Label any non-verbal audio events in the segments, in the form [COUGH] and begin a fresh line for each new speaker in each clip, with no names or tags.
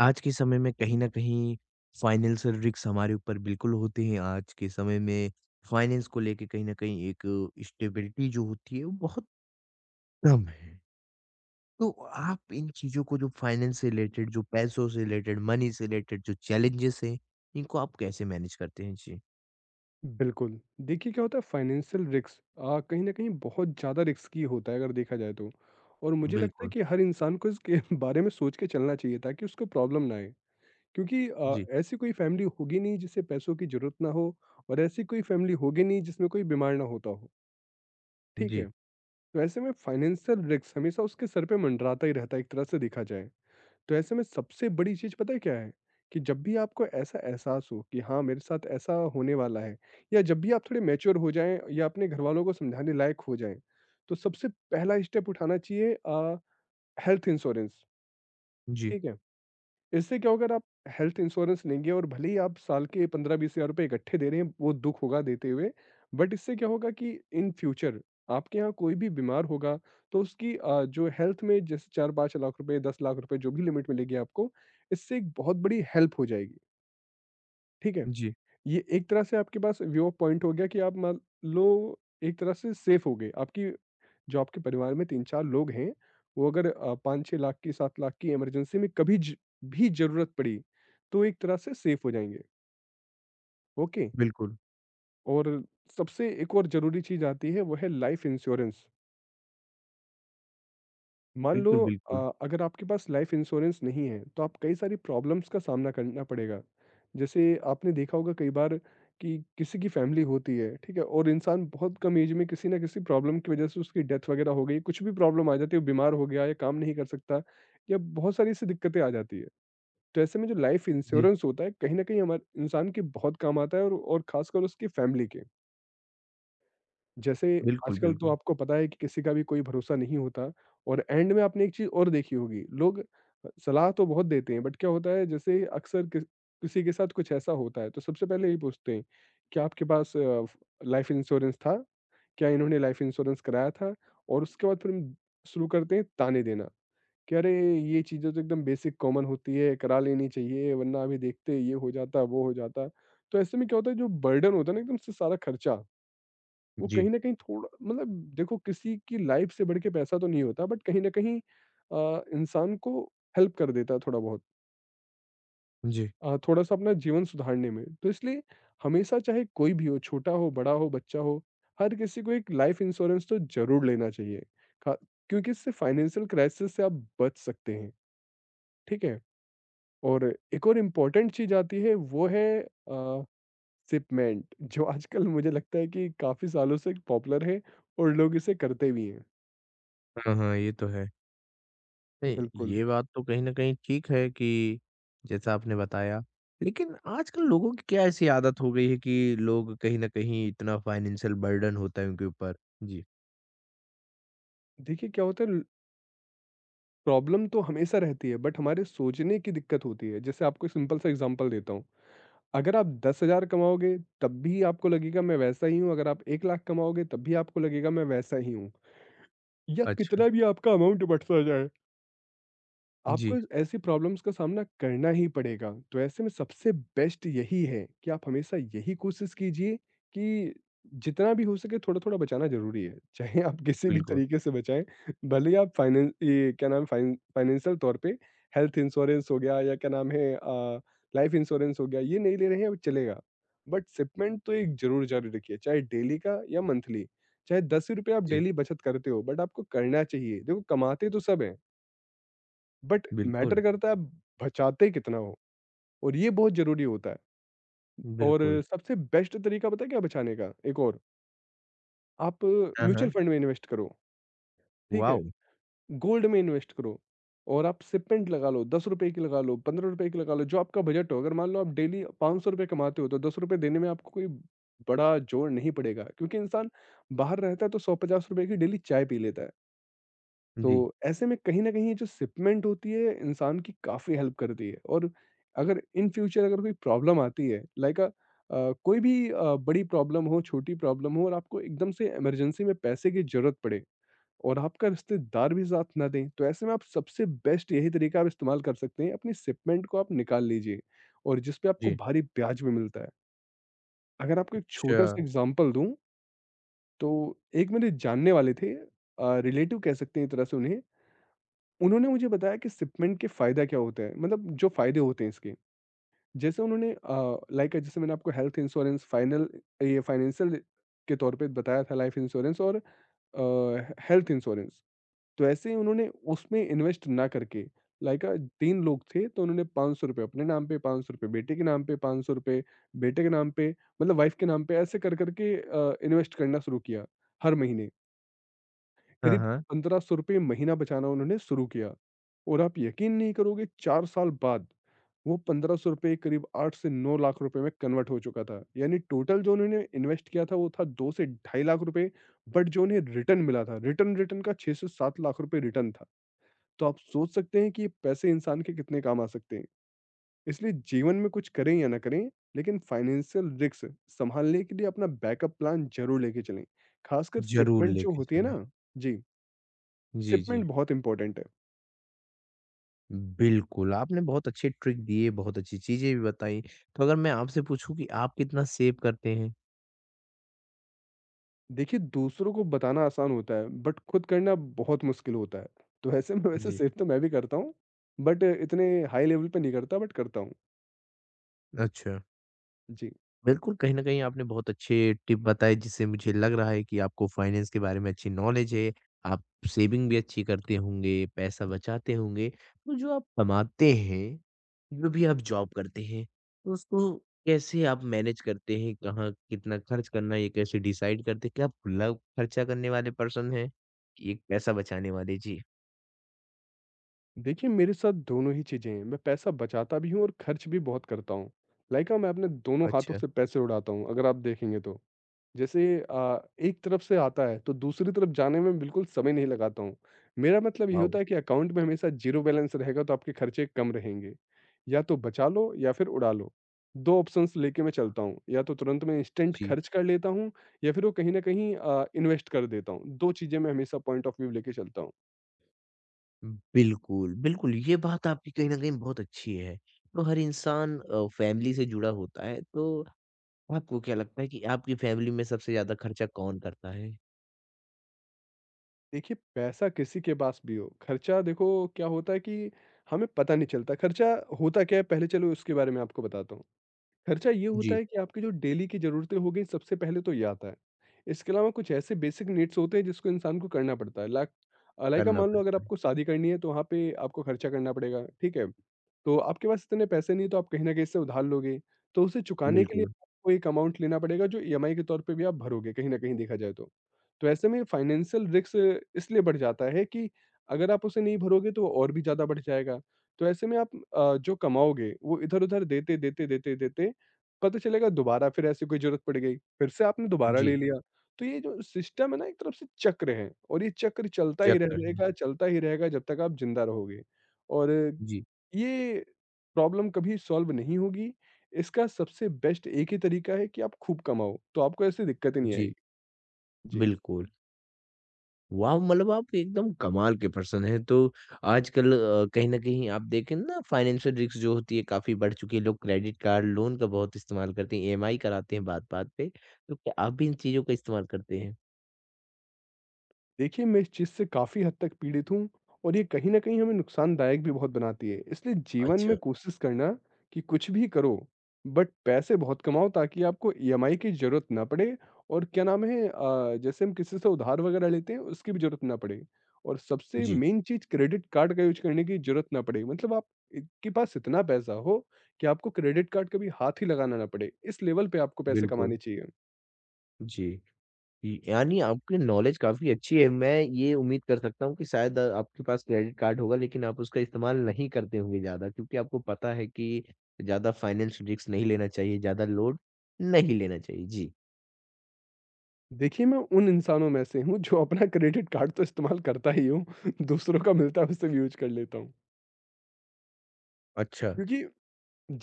आज के समय में कहीं न कहीं फाइनेंशियल रिस्क हमारे ऊपर बिल्कुल होते हैं। आज के समय में फाइनेंस को लेके कहीं न कहीं एक स्टेबिलिटी जो होती है वो बहुत कम है। तो आप इन चीज़ों को जो फाइनेंस से रिलेटेड, जो पैसों से रिलेटेड, मनी से रिलेटेड जो चैलेंजेस हैं, इनको आप कैसे मैनेज करते हैं? जी,
बिल्कुल। देखिए क्या होता है, फाइनेंशियल रिस्क कहीं न कहीं बहुत ज़्यादा रिस्की होता है अगर देखा जाए तो। और मुझे लगता है
बिल्कुल।
कि हर इंसान को इसके [LAUGHS] बारे में सोच के चलना चाहिए ताकि उसको प्रॉब्लम ना आए। क्योंकि
जी,
ऐसी कोई फैमिली होगी नहीं जिसे पैसों की ज़रूरत ना हो, और ऐसी कोई फैमिली होगी नहीं जिसमें कोई बीमार ना होता हो, ठीक है?
जी,
तो ऐसे में फाइनेंशियल रिस्क हमेशा उसके सर पे मंडराता ही रहता है, एक तरह से देखा जाए। तो ऐसे में सबसे बड़ी चीज़ पता है क्या है? कि जब भी आपको ऐसा एहसास हो कि हाँ, मेरे साथ ऐसा होने वाला है, या जब भी आप थोड़े मैच्योर हो जाएँ या अपने घरवालों को समझाने लायक हो जाएँ, तो सबसे पहला स्टेप उठाना चाहिए, हेल्थ इंश्योरेंस,
जी,
ठीक है? इससे क्या होगा, अगर आप हेल्थ इंश्योरेंस लेंगे और भले ही आप साल के 15-20 हज़ार रुपए इकट्ठे दे रहे हैं, वो दुःख होगा देते हुए, बट इससे क्या होगा कि इन फ्यूचर आपके यहाँ कोई भी बीमार होगा, तो उसकी जो हेल्थ में जैसे 4-5 लाख रुपए, 10 लाख रुपए जो भी लिमिट मिलेगी आपको, इससे एक बहुत बड़ी हेल्प हो जाएगी, ठीक है?
जी,
ये एक तरह से आपके पास व्यू ऑफ पॉइंट हो गया कि आप मान लो एक तरह से सेफ हो गए। आपकी जो आपके परिवार में 3-4 लोग हैं, वो अगर 5-6 लाख की, 7 लाख की इमरजेंसी में कभी ज भी ज़रूरत पड़ी, तो एक तरह से सेफ़ हो जाएँगे। ओके?
बिल्कुल।
और सबसे एक और ज़रूरी चीज़ आती है, वो है लाइफ़ इंश्योरेंस। मान लो,
बिल्कुल, बिल्कुल।
अगर आपके पास लाइफ इंश्योरेंस नहीं है तो आप कई सारी प्रॉब्लम्स का सामना करना पड़ेगा। जैसे आपने देखा होगा कई बार कि किसी की फैमिली होती है, ठीक है, और इंसान बहुत कम एज में किसी ना किसी प्रॉब्लम की वजह से उसकी डेथ वगैरह हो गई, कुछ भी प्रॉब्लम आ जाती है, वो बीमार हो गया या काम नहीं कर सकता, या बहुत सारी ऐसी दिक्कतें आ जाती है। तो ऐसे में जो लाइफ
जी,
इंश्योरेंस होता है, कहीं ना कहीं हमारे इंसान के बहुत काम आता है, और खासकर उसकी फैमिली के। जैसे
बिल्कुल,
आजकल तो
बिल्कुल।
आपको पता है कि किसी का भी कोई भरोसा नहीं होता, और एंड में आपने एक चीज़ और देखी होगी, लोग सलाह तो बहुत देते हैं, बट क्या होता है, जैसे अक्सर किसी के साथ कुछ ऐसा होता है तो सबसे पहले यही पूछते हैं, क्या आपके पास लाइफ इंश्योरेंस था? क्या इन्होंने लाइफ इंश्योरेंस कराया था? और उसके बाद फिर हम शुरू करते हैं ताने देना, कि अरे! ये चीज़ें तो एकदम बेसिक कॉमन होती है, करा लेनी चाहिए, वरना अभी देखते ये हो जाता, वो हो जाता। तो ऐसे में क्या होता है, जो बर्डन होता है ना एकदम से सारा खर्चा, वो
जी,
कहीं न कहीं थोड़ा, मतलब देखो, किसी की लाइफ से बढ़ के पैसा तो नहीं होता, बट कहीं न कहीं इंसान को हेल्प कर देता है थोड़ा बहुत,
जी।
थोड़ा-सा अपना जीवन सुधारने में। तो इसलिए हमेशा, चाहे कोई भी हो, छोटा हो, बड़ा हो, बच्चा हो, हर किसी को एक लाइफ इंश्योरेंस तो ज़रूर लेना चाहिए। खा क्योंकि इससे फाइनेंशियल क्राइसिस से आप बच सकते हैं, ठीक है? और एक और इम्पोर्टेंट चीज़ आती है, वो है शिपमेंट, जो आजकल मुझे लगता है कि काफ़ी सालों से पॉपुलर है और लोग इसे करते भी हैं।
हाँ, हाँ, ये तो है। नहीं,
बिल्कुल।
ये बात तो कहीं न कहीं ठीक है कि जैसा आपने बताया। लेकिन आजकल लोगों की क्या ऐसी आदत हो गई है कि लोग कहीं न कहीं इतना फ़ाइनेंशियल बर्डन होता है उनके ऊपर? जी,
देखिए क्या होता है, ल प्रॉब्लम तो हमेशा रहती है, बट हमारे सोचने की दिक्कत होती है। जैसे आपको एक सिंपल सा एग्ज़ाम्पल देता हूँ। अगर आप 10,000 कमाओगे तब भी आपको लगेगा मैं वैसा ही हूँ, अगर आप 1,00,000 कमाओगे तब भी आपको लगेगा मैं वैसा ही हूँ। या
अच्छा।
कितना भी आपका अमाउंट बढ़ता जाए। आपको
जी,
ऐसी प्रॉब्लम्स का सामना करना ही पड़ेगा, तो ऐसे में सबसे बेस्ट यही है कि आप हमेशा यही कोशिश कीजिए कि जितना भी हो सके थोड़ा-थोड़ा बचाना ज़रूरी है। [LAUGHS] चाहे आप किसी भी
बिल्कुल।
तरीके से बचाएँ, भले ही आप फाइनें ये क्या नाम है, फाइनेंशियल तौर पे, हेल्थ इंश्योरेंस हो गया, या क्या नाम है, लाइफ इंश्योरेंस हो गया, ये नहीं ले रहे हैं, वो चलेगा। बट शिपमेंट तो एक ज़रूर जारी रखिए, चाहे डेली का या मंथली। चाहे ₹10 आप
जी,
डेली बचत करते हो, बट आपको करना चाहिए। देखो, कमाते तो सब हैं। बट
बिल्कुल,
मैटर करता है आप बचाते कितना हो, और ये बहुत ज़रूरी होता है। और
बिल्कुल।
सबसे बेस्ट तरीका पता है क्या है बचाने का? एक और, आप
हाँ, हाँ।
म्यूचुअल फंड में इन्वेस्ट करो, ठीक है?
वॉव!
गोल्ड में इन्वेस्ट करो, और आप सिपमेंट लगा लो, ₹10 की लगा लो, ₹15 की लगा लो, जो आपका बजट हो। अगर मान लो आप डेली ₹500 कमाते हो तो ₹10 देने में आपको कोई बड़ा जोर नहीं पड़ेगा, क्योंकि इंसान बाहर रहता है तो ₹100-50 की डेली चाय पी लेता है। तो
जी,
ऐसे में कहीं न कहीं ये जो शिपमेंट होती है, इंसान की काफ़ी हेल्प करती है, और अगर इन फ्यूचर अगर कोई प्रॉब्लम आती है, लाइक कोई भी बड़ी प्रॉब्लम हो, छोटी प्रॉब्लम हो, और आपको एकदम से इमरजेंसी में पैसे की ज़रूरत पड़े, और आपका रिश्तेदार भी साथ ना दें, तो ऐसे में आप सबसे बेस्ट यही तरीका आप इस्तेमाल कर सकते हैं, अपनी शिपमेंट को आप निकाल लीजिए, और जिस पे आपको
जी।
भारी ब्याज भी मिलता है। अगर आपको एक
अच्छा,
छोटा-सा एग्ज़ाम्पल दूँ, तो एक मेरे जानने वाले थे, रिलेटिव कह सकते हैं एक तरह से उन्हें उन्होंने मुझे बताया कि शिपमेंट के फ़ायदा क्या होता है, मतलब जो फ़ायदे होते हैं इसके। जैसे उन्होंने लाइक जैसे मैंने आपको हेल्थ इंश्योरेंस, फाइनल ये फाइनेंशियल के तौर पे बताया था, लाइफ इंश्योरेंस और हेल्थ इंश्योरेंस। तो ऐसे ही उन्होंने उसमें इन्वेस्ट ना करके, लाइक 3 लोग थे तो उन्होंने ₹500 अपने नाम पे, ₹500 बेटे के नाम पे, ₹500 बेटे के नाम पे, मतलब वाइफ़ के नाम पे, ऐसे कर-कर के इन्वेस्ट करना शुरू किया हर महीने।
हाँ,
करीब
हाँ।
₹1500 महीना बचाना उन्होंने शुरू किया, और आप यकीन नहीं करोगे 4 साल बाद वो ₹1500 करीब 8 से 9 लाख रुपए में कन्वर्ट हो चुका था। यानी टोटल जो उन्होंने इन्वेस्ट किया था वो था 2 से ढाई लाख रुपए, बट जो उन्हें रिटर्न मिला था, रिटर्न रिटर्न का 6 से 7 लाख रुपए रिटर्न था। तो आप सोच सकते हैं कि ये पैसे इंसान के कितने काम आ सकते हैं। इसलिए जीवन में कुछ करें या ना करें, लेकिन फाइनेंशियल रिस्क संभालने के लिए अपना बैकअप प्लान ज़रूर लेके चलें। खासकर
ज़रूर
शिपमेंट जो
लेके
होती है
चलें।
ना। जी।
जी, जी।
शिipमेंट बहुत इम्पोर्टेंट है।
बिल्कुल, आपने बहुत अच्छे ट्रिक दिए, बहुत अच्छी चीज़ें भी बताई। तो अगर मैं आपसे पूछूँ कि आप कितना सेव करते हैं?
देखिए दूसरों को बताना आसान होता है, बट खुद करना बहुत मुश्किल होता है। तो ऐसे में वैसे
जी,
सेव तो मैं भी करता हूँ, बट इतने हाई लेवल पे नहीं करता, बट करता हूँ।
अच्छा।
जी।
बिल्कुल, कहीं न कहीं आपने बहुत अच्छे टिप बताए जिससे मुझे लग रहा है कि आपको फाइनेंस के बारे में अच्छी नॉलेज है। आप सेविंग भी अच्छी करते होंगे, पैसा बचाते होंगे। तो जो आप कमाते हैं, जो भी आप जॉब करते हैं, तो उसको कैसे आप मैनेज करते हैं? कहाँ कितना खर्च करना है, ये कैसे डिसाइड करते हैं? क्या आप खुला खर्चा करने वाले पर्सन हैं? एक पैसा बचाने वाले? जी।
देखिए, मेरे साथ दोनों ही चीज़ें हैं, मैं पैसा बचाता भी हूँ और खर्च भी बहुत करता हूँ। लाइक मैं अपने दोनों हाथों
अच्छा।
से पैसे उड़ाता हूँ, अगर आप देखेंगे तो। जैसे एक तरफ से आता है तो दूसरी तरफ जाने में बिल्कुल समय नहीं लगाता हूँ। मेरा मतलब ये
वाओ!
होता है कि अकाउंट में हमेशा ज़ीरो बैलेंस रहेगा तो आपके खर्चे कम रहेंगे। या तो बचा लो या फिर उड़ा लो। 2 ऑप्शंस लेके मैं चलता हूँ। या तो तुरंत मैं इंस्टेंट
जी।
खर्च कर लेता हूँ, या फिर वो कहीं न कहीं इन्वेस्ट कर देता हूँ। 2 चीज़ें मैं हमेशा पॉइंट ऑफ व्यू लेके चलता हूँ।
बिल्कुल, बिल्कुल, ये बात आपकी कहीं न कहीं बहुत अच्छी है। तो हर इंसान फैमिली से जुड़ा होता है, तो आपको क्या लगता है कि आपकी फैमिली में सबसे ज़्यादा खर्चा कौन करता है?
देखिए, पैसा किसी के पास भी हो, खर्चा देखो क्या होता है कि हमें पता नहीं चलता। खर्चा होता क्या है, पहले चलो उसके बारे में आपको बताता हूँ। खर्चा ये होता
जी,
है कि आपकी जो डेली की ज़रूरतें हो गई, सबसे पहले तो ये आता है। इसके अलावा कुछ ऐसे बेसिक नीड्स होते हैं जिसको इंसान को करना पड़ता है। लाइक,
करना
मान लो अगर
पड़ता है।
आपको शादी करनी है तो वहाँ पे आपको खर्चा करना पड़ेगा, ठीक है? तो आपके पास इतने पैसे नहीं, तो आप कहीं न कहीं से उधार लोगे। तो उसे चुकाने के लिए
बिल्कुल,
आपको एक अमाउंट लेना पड़ेगा जो ईएमआई के तौर पे भी आप भरोगे कहीं न कहीं देखा जाए तो। तो ऐसे में फाइनेंशियल रिस्क इसलिए बढ़ जाता है कि अगर आप उसे नहीं भरोगे तो वो और भी ज़्यादा बढ़ जाएगा। तो ऐसे में आप जो कमाओगे वो इधर-उधर देते, देते, देते, देते पता चलेगा दोबारा फिर ऐसी कोई ज़रूरत पड़ गई, फिर से आपने दोबारा
जी,
ले लिया। तो ये जो सिस्टम है ना, एक तरफ से चक्र है और ये चक्र चलता
चेक
ही रह
कर लें।
जाएगा, चलता ही रहेगा जब तक आप ज़िंदा रहोगे। और
जी,
ये प्रॉब्लम कभी सॉल्व नहीं होगी। इसका सबसे बेस्ट एक ही तरीका है कि आप खूब कमाओ, तो आपको ऐसी दिक्कतें नहीं
जी,
आएगी। जी।
बिल्कुल। वाव! मतलब आप एकदम कमाल के पर्सन हैं। तो आजकल कहीं न कहीं आप देखें ना फाइनेंशियल रिस्क जो होती है काफ़ी बढ़ चुकी है। लोग क्रेडिट कार्ड, लोन का बहुत इस्तेमाल करते हैं, ईएमआई कराते हैं बात-बात पे। तो क्या आप भी इन चीज़ों का इस्तेमाल करते हैं?
देखिए, मैं इस चीज़ से काफ़ी हद तक पीड़ित हूँ और ये कहीं न कहीं हमें नुकसानदायक भी बहुत बनाती है। इसलिए जीवन
अच्छा।
में कोशिश करना कि कुछ भी करो, बट पैसे बहुत कमाओ ताकि आपको ईएमआई की ज़रूरत ना पड़े। और क्या नाम है, जैसे हम किसी से उधार वगैरह लेते हैं, उसकी भी ज़रूरत ना पड़े। और सबसे
जी,
मेन चीज़, क्रेडिट कार्ड का यूज़ करने की ज़रूरत ना पड़े। मतलब आप इ के पास इतना पैसा हो कि आपको क्रेडिट कार्ड कभी हाथ ही लगाना ना पड़े। इस लेवल पे आपको पैसे
बिल्कुल।
कमाने चाहिए।
जी, इ यानी आपकी नॉलेज काफ़ी अच्छी है। मैं ये उम्मीद कर सकता हूँ कि शायद आपके पास क्रेडिट कार्ड होगा लेकिन आप उसका इस्तेमाल नहीं करते होंगे ज़्यादा क्योंकि आपको पता है कि ज़्यादा फाइनेंस रिस्क नहीं लेना चाहिए, ज़्यादा लोड नहीं लेना चाहिए। जी।
देखिए, मैं उन इंसानों में से हूँ जो अपना क्रेडिट कार्ड तो इस्तेमाल करता ही हूँ, [LAUGHS] दूसरों का मिलता है उससे भी यूज़ कर लेता हूँ।
अच्छा।
क्योंकि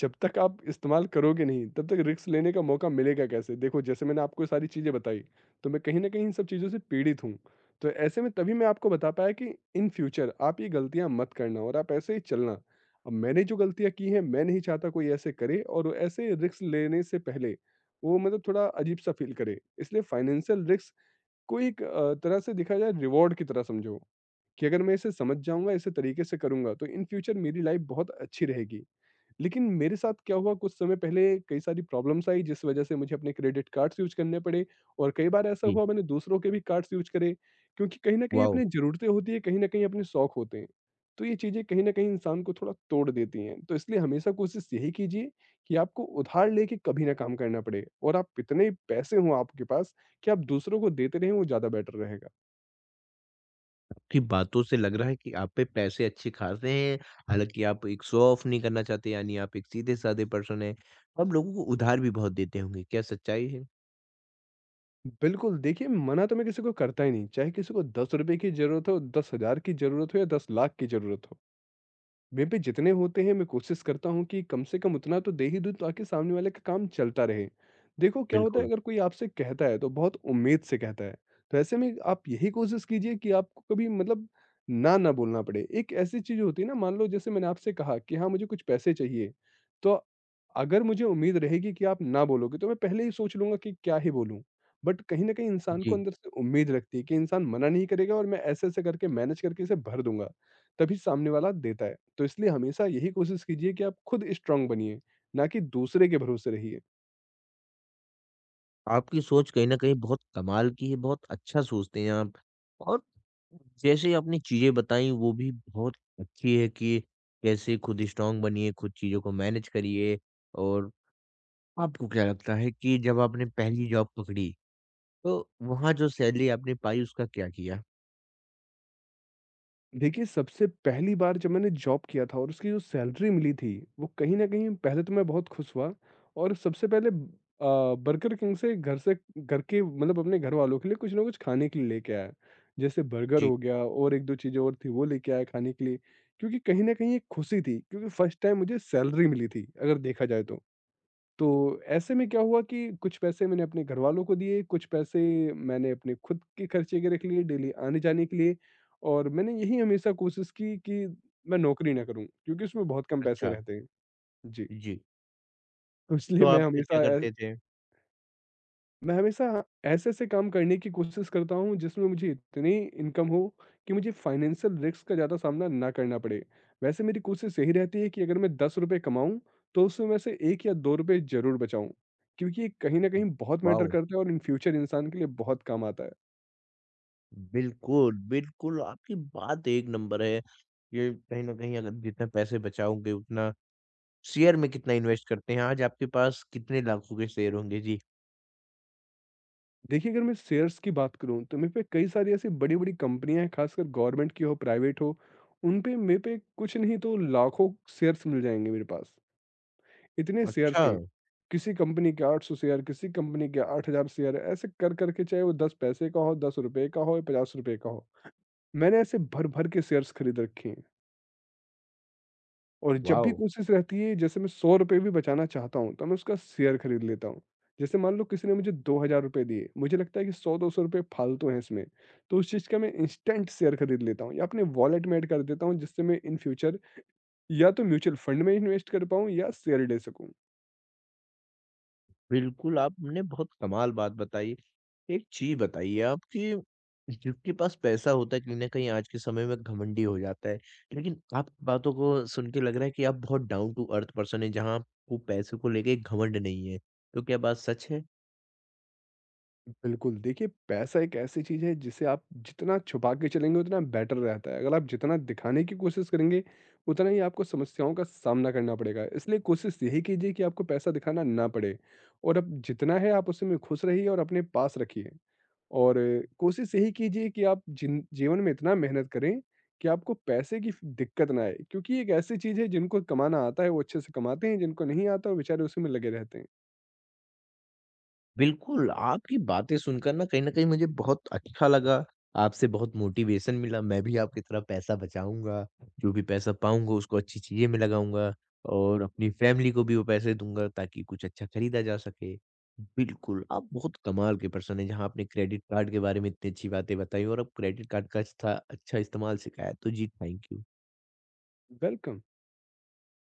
जब तक आप इस्तेमाल करोगे नहीं, तब तक रिस्क लेने का मौका मिलेगा कैसे? देखो, जैसे मैंने आपको सारी चीज़ें बताई, तो मैं कहीं न कहीं इन सब चीज़ों से पीड़ित हूँ। तो ऐसे में तभी मैं आपको बता पाया कि इन फ्यूचर आप ये गलतियाँ मत करना और आप ऐसे ही चलना। अब मैंने जो गलतियाँ की हैं, मैं नहीं चाहता कोई ऐसे करे, और वो ऐसे रिस्क लेने से पहले वो मतलब थोड़ा अजीब-सा फ़ील करे। इसलिए फाइनेंशियल रिस्क कोई एक तरह से देखा जाए रिवॉर्ड की तरह समझो कि अगर मैं इसे समझ जाऊंगा, इसे तरीके से करूंगा, तो इन फ्यूचर मेरी लाइफ बहुत अच्छी रहेगी। लेकिन मेरे साथ क्या हुआ कुछ समय पहले कई सारी प्रॉब्लम्स आई, जिस वजह से मुझे अपने क्रेडिट कार्ड्स यूज करने पड़े। और कई बार ऐसा
जी,
हुआ मैंने दूसरों के भी कार्ड्स यूज करे। क्योंकि कहीं ना कहीं
वॉव!
अपनी ज़रूरतें होती है, कहीं ना कहीं अपने शौक होते हैं। तो ये चीज़ें कहीं ना कहीं इंसान को थोड़ा तोड़ देती हैं, तो इसलिए हमेशा कोशिश यही कीजिए कि आपको उधार लेके कभी ना काम करना पड़े, और आप इतने पैसे हों आपके पास कि आप दूसरों को देते रहें, वो ज़्यादा बेटर रहेगा।
आपकी बातों से लग रहा है कि आप पे पैसे अच्छे खासे हैं, हालाँकि आप एक शो ऑफ नहीं करना चाहते यानी आप एक सीधे-साधे पर्सन हैं। आप लोगों को उधार भी बहुत देते होंगे, क्या सच्चाई है?
बिल्कुल। देखिए, मना तो मैं किसी को करता ही नहीं, चाहे किसी को ₹10 की जरूरत हो, 10 हजार की जरूरत हो या 10 लाख की जरूरत हो, मेरे पे जितने होते हैं मैं कोशिश करता हूँ कि कम से कम उतना तो दे ही दूँ ताकि सामने वाले का काम चलता रहे। देखो, क्या होता है
बिल्कुल,
अगर कोई आपसे कहता है तो बहुत उम्मीद से कहता है। तो ऐसे में आप यही कोशिश कीजिए कि आपको कभी मतलब ना ना बोलना पड़े। एक ऐसी चीज़ होती है ना, मान लो जैसे मैंने आपसे कहा कि हाँ, मुझे कुछ पैसे चाहिए। तो अगर मुझे उम्मीद रहेगी कि आप ना बोलोगे, तो मैं पहले ही सोच लूँगा कि क्या ही बोलूँ। बट कहीं न कहीं इंसान को
जी।
अंदर से उम्मीद लगती है कि इंसान मना नहीं करेगा, और मैं ऐसे-ऐसे करके मैनेज करके इसे भर दूँगा। तभी सामने वाला देता है। तो इसलिए हमेशा यही कोशिश कीजिए कि आप खुद स्ट्रॉन्ग बनिए, ना कि दूसरे के भरोसे रहिए।
आपकी सोच कहीं न कहीं बहुत कमाल की है, बहुत अच्छा सोचते हैं आप। और जैसे आपने चीज़ें बताई वो भी बहुत अच्छी है कि कैसे खुद स्ट्रॉन्ग बनिए, खुद चीज़ों को मैनेज करिए और आपको क्या लगता है कि जब आपने पहली जॉब पकड़ी, तो वहाँ जो सैलरी आपने पाई उसका क्या किया?
देखिए, सबसे पहली बार जब मैंने जॉब किया था और उसकी जो सैलरी मिली थी, वो कहीं न कहीं पहले तो मैं बहुत खुश हुआ। और सबसे पहले बर्गर किंग से घर के मतलब अपने घरवालों के लिए कुछ ना कुछ खाने के लिए लेके आया। जैसे बर्गर
जी,
हो गया और 1-2 चीज़ें और थी, वो लेके आया खाने के लिए। क्योंकि कहीं न कहीं एक खुशी थी, क्योंकि फर्स्ट टाइम मुझे सैलरी मिली थी, अगर देखा जाए तो। तो ऐसे में क्या हुआ कि कुछ पैसे मैंने अपने घरवालों को दिए, कुछ पैसे मैंने अपने खुद के खर्चे के रख लिए डेली आने-जाने के लिए। और मैंने यही हमेशा कोशिश की कि मैं नौकरी ना करूँ, क्योंकि उसमें बहुत कम पैसे
अच्छा।
रहते हैं। जी।
जी,
[LAUGHS] तो
तो
इसलिए मैं
आप फिर क्या
हमेशा ऐ
करते थे?
मैं हमेशा ऐसे-ऐसे काम करने की कोशिश करता हूँ जिसमें मुझे इतनी इनकम हो कि मुझे फाइनेंशियल रिस्क का ज़्यादा सामना ना करना पड़े। वैसे मेरी कोशिश यही रहती है कि अगर मैं ₹10 कमाऊँ, तो उसमें में से 1 या ₹2 ज़रूर बचाऊँ, क्योंकि ये कहीं न कहीं बहुत मैटर
वाओ!
करता है और इन फ्यूचर इंसान के लिए बहुत काम आता है।
बिल्कुल, बिल्कुल आपकी बात एक नंबर है। ये कहीं न कहीं अगर जितने पैसे बचाओगे उतना शेयर में कितना इन्वेस्ट करते हैं? आज आपके पास कितने लाखों के शेयर होंगे? जी।
देखिए, अगर मैं शेयर्स की बात करूँ तो मेरे पे कई सारी ऐसी बड़ी-बड़ी कंपनियाँ हैं, ख़ासकर गवर्नमेंट की हो, प्राइवेट हो, उन पे मेरे पे कुछ नहीं तो लाखों शेयर्स मिल जाएँगे मेरे पास। इतने शेयर्स
अच्छा,
हैं, किसी कंपनी के 800 शेयर, किसी कंपनी के 8000 शेयर ऐसे कर कर के, चाहे वो 10 पैसे का हो, ₹10 का हो या ₹50 का हो, मैंने ऐसे भर-भर के शेयर्स खरीद रखे हैं। और जब भी
वॉव!
कोशिश रहती है जैसे मैं ₹100 भी बचाना चाहता हूँ, तो मैं उसका शेयर खरीद लेता हूँ। जैसे मान लो किसी ने मुझे ₹2000 दिए, मुझे लगता है कि 100-200 फालतू हैं इसमें, तो उस चीज़ का मैं इंस्टेंट शेयर खरीद लेता हूँ या अपने वॉलेट में ऐड कर देता हूँ, जिससे मैं इन फ्यूचर या तो म्यूचुअल फंड में इन्वेस्ट कर पाऊँ या शेयर ले सकूँ।
बिल्कुल, आपने बहुत कमाल बात बताई। एक चीज़ बताइए आप कि जिसके पास पैसा होता है, कहीं न कहीं आज के समय में घमंडी हो जाता है। लेकिन आपकी बातों को सुन के लग रहा है कि आप बहुत डाउन टू अर्थ पर्सन हैं, जहाँ आपको पैसे को लेके घमंड नहीं है। तो क्या बात सच है?
बिल्कुल। देखिए, पैसा एक ऐसी चीज़ है जिसे आप जितना छुपा के चलेंगे उतना बेटर रहता है। अगर आप जितना दिखाने की कोशिश करेंगे, उतना ही आपको समस्याओं का सामना करना पड़ेगा। इसलिए कोशिश यही कीजिए कि आपको पैसा दिखाना ना पड़े और अब जितना है आप उसी में खुश रहिए और अपने पास रखिए। और कोशिश यही कीजिए कि आप जिन जीवन में इतना मेहनत करें कि आपको पैसे की फ दिक्कत ना आए, क्योंकि एक ऐसी चीज़ है, जिनको कमाना आता है वो अच्छे से कमाते हैं, जिनको नहीं आता वो बेचारे उसी में लगे रहते हैं।
बिल्कुल, आपकी बातें सुनकर ना कहीं न कहीं मुझे बहुत अच्छा लगा, आपसे बहुत मोटिवेशन मिला, मैं भी आपकी तरह पैसा बचाऊँगा, जो भी पैसा पाऊँगा उसको अच्छी चीज़ें में लगाऊँगा और अपनी फैमिली को भी वो पैसे दूँगा ताकि कुछ अच्छा खरीदा जा सके। बिल्कुल, आप बहुत कमाल के पर्सन हैं, जहाँ आपने क्रेडिट कार्ड के बारे में इतनी अच्छी बातें बताई और आप क्रेडिट कार्ड का स्था अच्छा इस्तेमाल सिखाया, तो जी थैंक यू।
वेलकम।